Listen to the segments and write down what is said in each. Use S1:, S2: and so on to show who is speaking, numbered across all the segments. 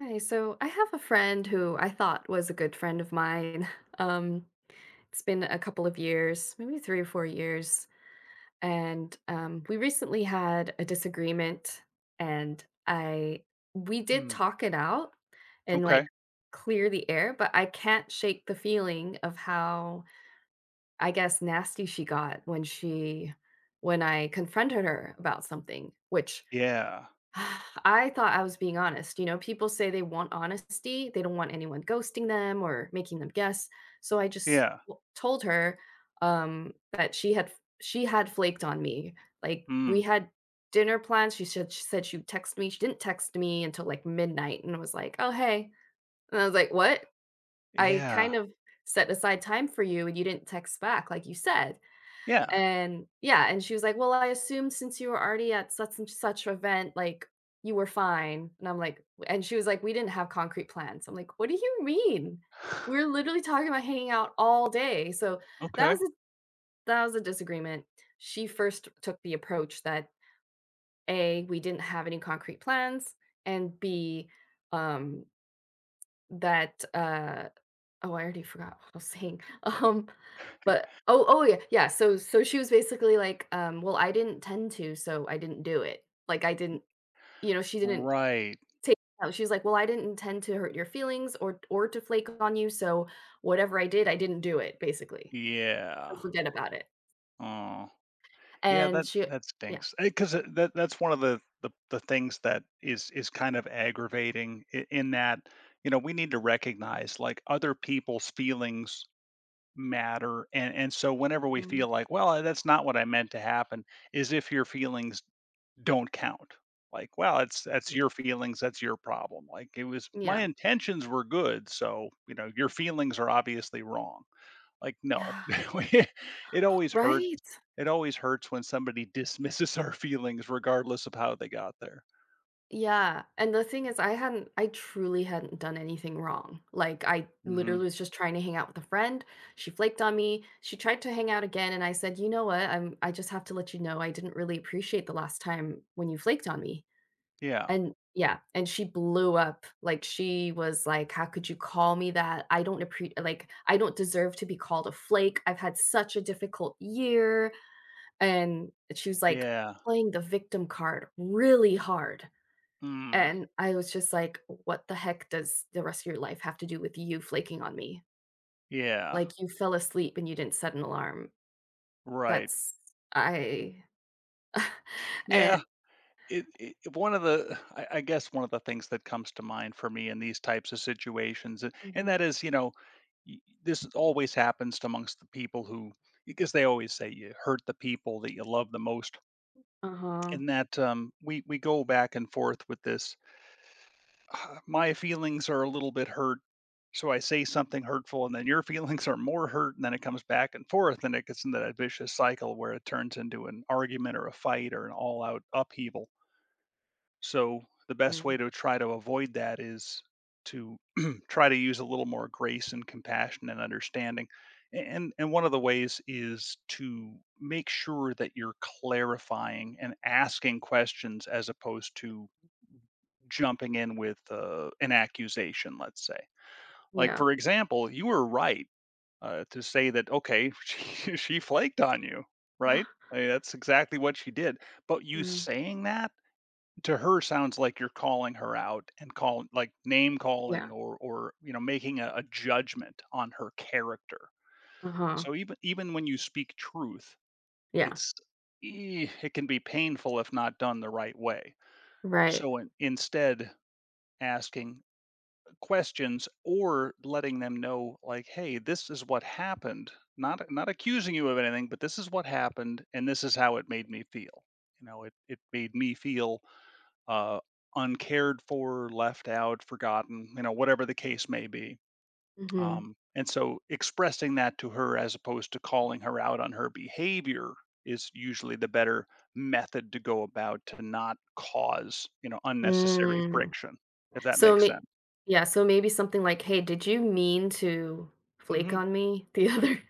S1: Hi, so I have a friend who I thought was a good friend of mine. Um, it's been a couple of years, maybe 3 or 4 years, and we recently had a disagreement, and I we did
S2: Hmm.
S1: talk it out and like
S2: Okay.
S1: clear the air, but I can't shake the feeling of how I guess nasty she got when I confronted her about something, which
S2: Yeah.
S1: I thought I was being honest. People say they want honesty. They don't want anyone ghosting them or making them guess. So I just
S2: Yeah.
S1: told her that she had flaked on me. Like
S2: Hmm.
S1: we had dinner plans. She said she would text me. She didn't text me until like midnight and was like, "Oh, hey." And I was like, "What? I
S2: Yeah.
S1: kind of set aside time for you and you didn't text back like you said."
S2: Yeah.
S1: And yeah, and she was like, "Well, I assumed since you were already at such and such event, like, you were fine." And she was like, "We didn't have concrete plans." I'm like, "What do you mean? We're literally talking about hanging out all day." So that
S2: Okay.
S1: was a that was a disagreement. She first took the approach that A, we didn't have any concrete plans, and B, um, that, uh oh, I already forgot what I was saying. But oh yeah, yeah. So she was basically like, well, I didn't tend to, so I didn't do it. Like, I didn't, she didn't
S2: Right.
S1: take it out. She was like, well, I didn't intend to hurt your feelings or to flake on you, so whatever I did, I didn't do it. Basically,
S2: Yeah.
S1: so forget about it.
S2: Oh. Yeah,
S1: And
S2: that
S1: she,
S2: that
S1: yeah.
S2: stinks. Because that that's one of the things that is kind of aggravating I in that, you know, we need to recognize, like, other people's feelings matter, and so whenever we
S1: Mhm.
S2: feel like, "Well, that's not what I meant to happen," is if your feelings don't count. Like, well, it's that's
S1: Yeah,
S2: your feelings, that's your problem. Like it was my
S1: yeah,
S2: intentions were good, so, you know, your feelings are obviously wrong. Like, no.
S1: yeah.
S2: It always hurts.
S1: Right?
S2: It always hurts when somebody dismisses our feelings regardless of how they got there.
S1: Yeah, and the thing is I truly hadn't done anything wrong. Like, I
S2: Mhm.
S1: literally was just trying to hang out with a friend, she flaked on me, she tried to hang out again, and I said, "You know what? I just have to let you know I didn't really appreciate the last time when you flaked on me."
S2: Yeah.
S1: And yeah, and she blew up, like, she was like, "How could you call me that? I don't appreciate, like, I don't deserve to be called a flake. I've had such a difficult year," and she was, like,
S2: Yeah.
S1: playing the victim card really hard.
S2: Mm.
S1: And I was just like, "What the heck does the rest of your life have to do with you flaking on me?
S2: Yeah.
S1: Like, you fell asleep and you didn't set an alarm.
S2: Right.
S1: That's I"
S2: Yeah.
S1: and
S2: It one of the I guess one of the things that comes to mind for me in these types of situations and
S1: Mhm.
S2: that is, you know, this always happens amongst the people who, because they always say you hurt the people that you love the most,
S1: Uh-huh.
S2: and that we go back and forth with this. "Ah, my feelings are a little bit hurt, so I say something hurtful and then your feelings are more hurt, and then it comes back and forth and it gets into that vicious cycle where it turns into an argument or a fight or an all out upheaval. So the best way
S1: Mm.
S2: to try to avoid that is to try to use a little more grace and compassion and understanding. And and one of the ways is to make sure that you're clarifying and asking questions as opposed to jumping in with an accusation, let's say. Like
S1: Yeah.
S2: for example, you were right to say that, okay, she flaked on you, right? I mean, that's exactly what she did. But you
S1: Mm.
S2: saying that to her sounds like you're calling her out and call like name
S1: Yeah.
S2: calling or, you know, making a judgment on her character,
S1: Uh-huh.
S2: so even even when you speak truth,
S1: Yeah.
S2: it's it can be painful if not done the right way.
S1: Right.
S2: So instead, asking questions or letting them know like, hey, this is what happened, not not accusing you of anything, but this is what happened and this is how it made me feel. You know, it made me feel uh, uncared for, left out, forgotten, you know, whatever the case may be.
S1: Mhm.
S2: And so expressing that to her as opposed to calling her out on her behavior is usually the better method to go about, to not cause, you know, unnecessary
S1: Mm.
S2: friction, if that
S1: So
S2: makes
S1: may
S2: sense.
S1: Yeah, so maybe something like, "Hey, did you mean to flake
S2: Hmm.
S1: on me the other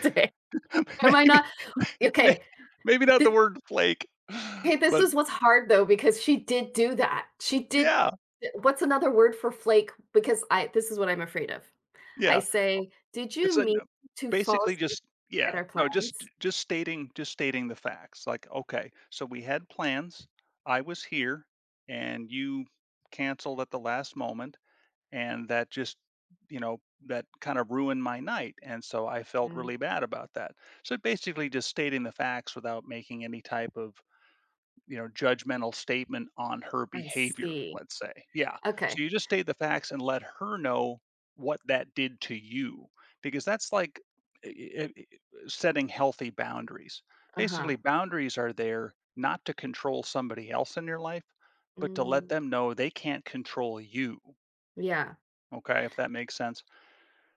S1: day? Am I
S2: Maybe,
S1: not"
S2: may-
S1: Okay.
S2: maybe not the word flake,
S1: Okay, this
S2: but
S1: is what's hard though, because she did do that. She did
S2: yeah,
S1: What's another word for flake? Because I this is what I'm afraid of. I
S2: yeah.
S1: say, "Did you
S2: It's a
S1: mean
S2: no,
S1: to fall
S2: basically
S1: asleep
S2: just
S1: at
S2: yeah,
S1: our
S2: no,
S1: plans?"
S2: just stating, just stating the facts, like, "Okay, so we had plans, I was here, and you canceled at the last moment, and that just, you know, that kind of ruined my night, and so I felt
S1: Mm,
S2: really bad about that." So, basically just stating the facts without making any type of, you know, judgmental statement on her
S1: I
S2: behavior,
S1: see.
S2: let's say. Yeah.
S1: Okay.
S2: So you just state the facts and let her know what that did to you, because that's like i- i- i- setting healthy boundaries.
S1: Uh-huh.
S2: Basically, boundaries are there not to control somebody else in your life, but to let
S1: Mm,
S2: them know they can't control you.
S1: yeah.
S2: Okay, if that makes sense.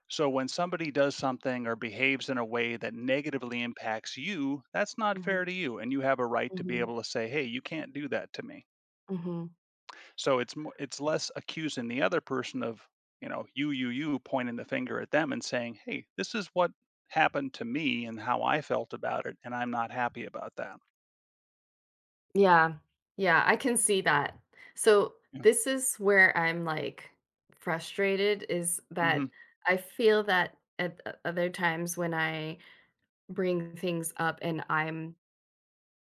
S2: So when somebody does something or behaves in a way that negatively impacts you, that's not
S1: Mhm,
S2: fair to you. And you have a right to be
S1: mhm,
S2: able to say, hey, you can't do that to me.
S1: mhm.
S2: So it's mo it's less accusing the other person of, you know, pointing the finger at them and saying, "Hey, this is what happened to me and how I felt about it, and I'm not happy about that."
S1: Yeah. Yeah, I can see that. So,
S2: Yeah.
S1: this is where I'm, like, frustrated is that
S2: Mhm.
S1: I feel that at o other times when I bring things up and I'm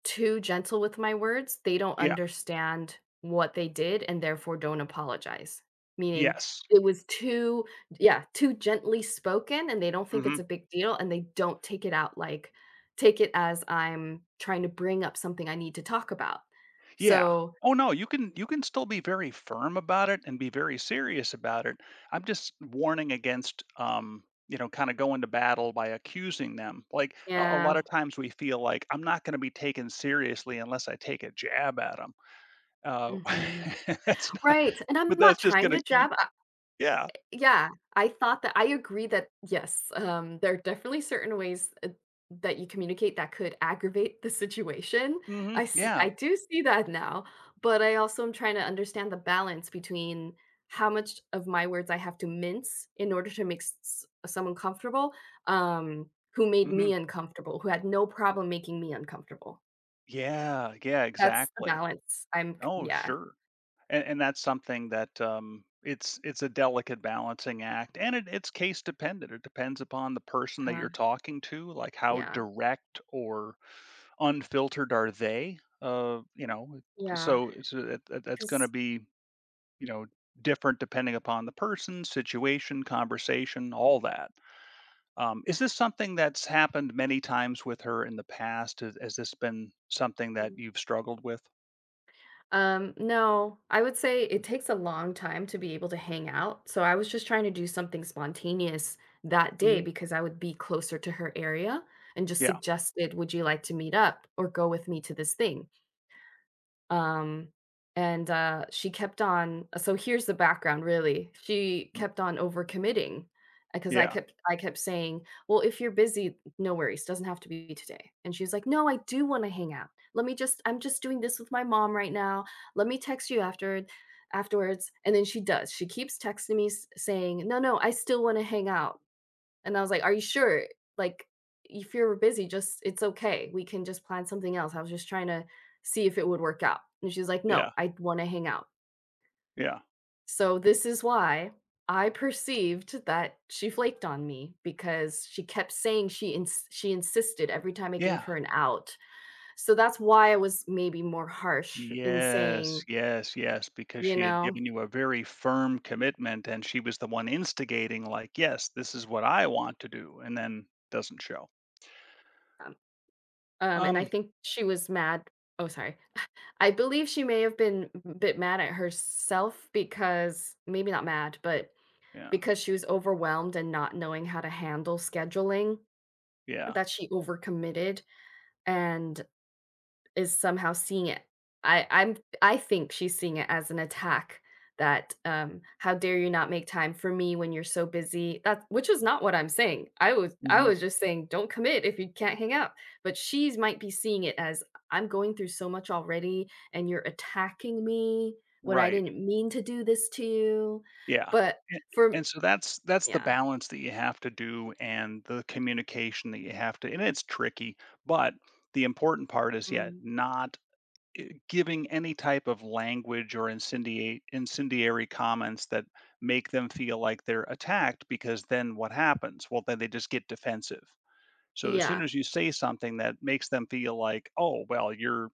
S1: too gentle with my words, they don't
S2: Yeah.
S1: understand what they did and therefore don't apologize. Meaning
S2: Yes.
S1: it was too, yeah, too gently spoken and they don't think it's
S2: Mhm.
S1: a big deal and they don't take it as I'm trying to bring up something I need to talk about.
S2: Yeah.
S1: So,
S2: Oh, no, you can still be very firm about it and be very serious about it. I'm just warning against, you know, kinda going to battle by accusing them. Like, a lot
S1: yeah.
S2: of times we feel like, "I'm not gonna be taken seriously unless I take a jab at them. Uh,
S1: Mhm.
S2: that's not,
S1: Right. And I'm
S2: but that's
S1: not
S2: just
S1: trying
S2: gonna
S1: to
S2: keep,
S1: jab.
S2: yeah.
S1: Yeah, I agree that yes, there are definitely certain ways, that you communicate that could aggravate the situation.
S2: Mhm, yeah,
S1: I do see that now, but I also am trying to understand the balance between how much of my words I have to mince in order to make s someone comfortable, who made
S2: mhm.
S1: me uncomfortable, who had no problem making me uncomfortable.
S2: Yeah, yeah,
S1: That's the
S2: exactly.
S1: balance. I'm c
S2: Oh,
S1: Yeah,
S2: sure. And that's something that, it's a delicate balancing act, and it it's case dependent. It depends upon the person that
S1: uh,
S2: you're talking to, like, how
S1: yeah,
S2: direct or unfiltered are they, you know?
S1: yeah,
S2: So it's that that's gonna
S1: Because.
S2: be, you know, different depending upon the person, situation, conversation, all that. Is this something that's happened many times with her in the past? Has this been something that you've struggled with?
S1: No, I would say it takes a long time to be able to hang out. So I was just trying to do something spontaneous that day
S2: Mhm.
S1: because I would be closer to her area and just
S2: Yeah.
S1: suggested, would you like to meet up or go with me to this thing? Um, and, she kept on so here's the background really. She
S2: Mm.
S1: kept on overcommitting, because
S2: Yeah.
S1: I kept saying, "Well, if you're busy, no worries, doesn't have to be today." And she's like, "No, I do wanna hang out. Let me just I'm just doing this with my mom right now. Let me text you afterwards." And then she does. She keeps texting me s saying, "No, no, I still wanna hang out." And I was like, "Are you sure? Like, if you're busy, just it's okay. We can just plan something else. I was just trying to see if it would work out." And she's like,
S2: Yeah.
S1: "No, I want to hang out."
S2: Yeah.
S1: So this is why I perceived that she flaked on me because she kept saying she insisted every time I gave
S2: Yeah.
S1: her an out. So that's why I was maybe more harsh in
S2: Yes,
S1: saying,
S2: yes, yes, because
S1: you
S2: she had
S1: know,
S2: given you a very firm commitment and she was the one instigating like, "Yes, this is what I want to do," and then doesn't show.
S1: um, and I
S2: Um,
S1: think she was mad. Oh, sorry. I believe she may have been a bit mad at herself because maybe not mad, but
S2: yeah.
S1: because she was overwhelmed and not knowing how to handle scheduling,
S2: Yeah.
S1: that she overcommitted, and is somehow seeing it. I I'm I think she's seeing it as an attack that, "How dare you not make time for me when you're so busy?" That which is not what I'm saying. I
S2: Mhm.
S1: was just saying, "Don't commit if you can't hang out." But she's might be seeing it as, "I'm going through so much already, and you're attacking me when I
S2: Right.
S1: didn't mean to do this to you."
S2: Yeah,
S1: But
S2: and
S1: for
S2: and so that's the
S1: Yeah.
S2: balance that you have to do and the communication that you have to, and it's tricky, but the important part is, yeah,
S1: Mm.
S2: not, giving any type of language or incendiate incendiary comments that make them feel like they're attacked, because then what happens? Well, then they just get defensive. So as soon
S1: Yeah.
S2: as you say something that makes them feel like, "Oh, well, you're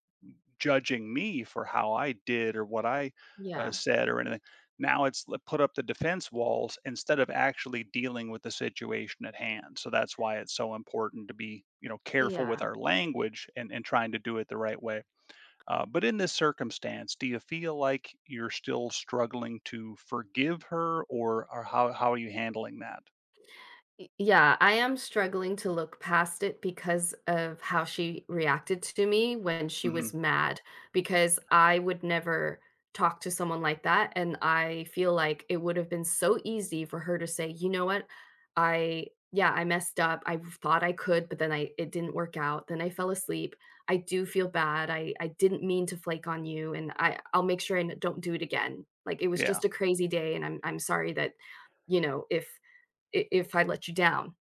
S2: judging me for how I did or what I,
S1: Yeah.
S2: said or anything. Now it's l put up the defense walls instead of actually dealing with the situation at hand, so that's why it's so important to be, you know, careful with
S1: Yeah.
S2: our language and trying to do it the right way. But in this circumstance, do you feel like you're still struggling to forgive her, or how are you handling that?
S1: Y Yeah, I am struggling to look past it because of how she reacted to me when she
S2: Mhm.
S1: was mad, because I would never talk to someone like that, and I feel like it would have been so easy for her to say, "You know what? I Yeah, I messed up. I thought I could, but then I it didn't work out. Then I fell asleep. I do feel bad. I didn't mean to flake on you, and I'll make sure I n don't do it again. Like, it was
S2: Yeah.
S1: just a crazy day, and I'm sorry that, you know, if if I let you down."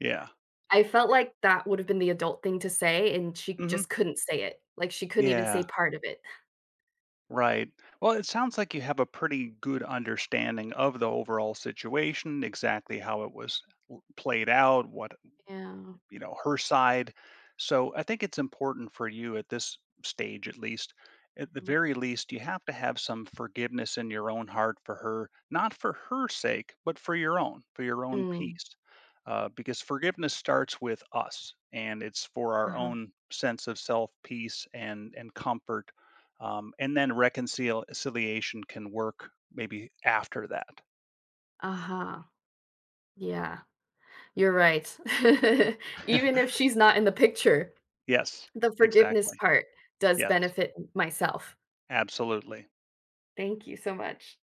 S2: Yeah.
S1: I felt like that would have been the adult thing to say, and she
S2: Mhm.
S1: just couldn't say it. Like, she couldn't even
S2: Yeah.
S1: say part of it.
S2: Right. Well, it sounds like you have a pretty good understanding of the overall situation, exactly how it was played out, what,
S1: Yeah.
S2: you know, her side. So I think it's important for you at this stage, at least, at the
S1: Mhm.
S2: very least, you have to have some forgiveness in your own heart for her, not for her sake, but for your own
S1: Mm.
S2: peace. Because forgiveness starts with us and it's for our
S1: Uh-huh.
S2: own sense of self peace and comfort, and then reconciliation can work maybe after that.
S1: Uh-huh. Yeah. You're right. Even if she's not in the picture,
S2: Yes,
S1: the forgiveness
S2: exactly,
S1: part does
S2: yes,
S1: benefit myself.
S2: absolutely.
S1: Thank you so much.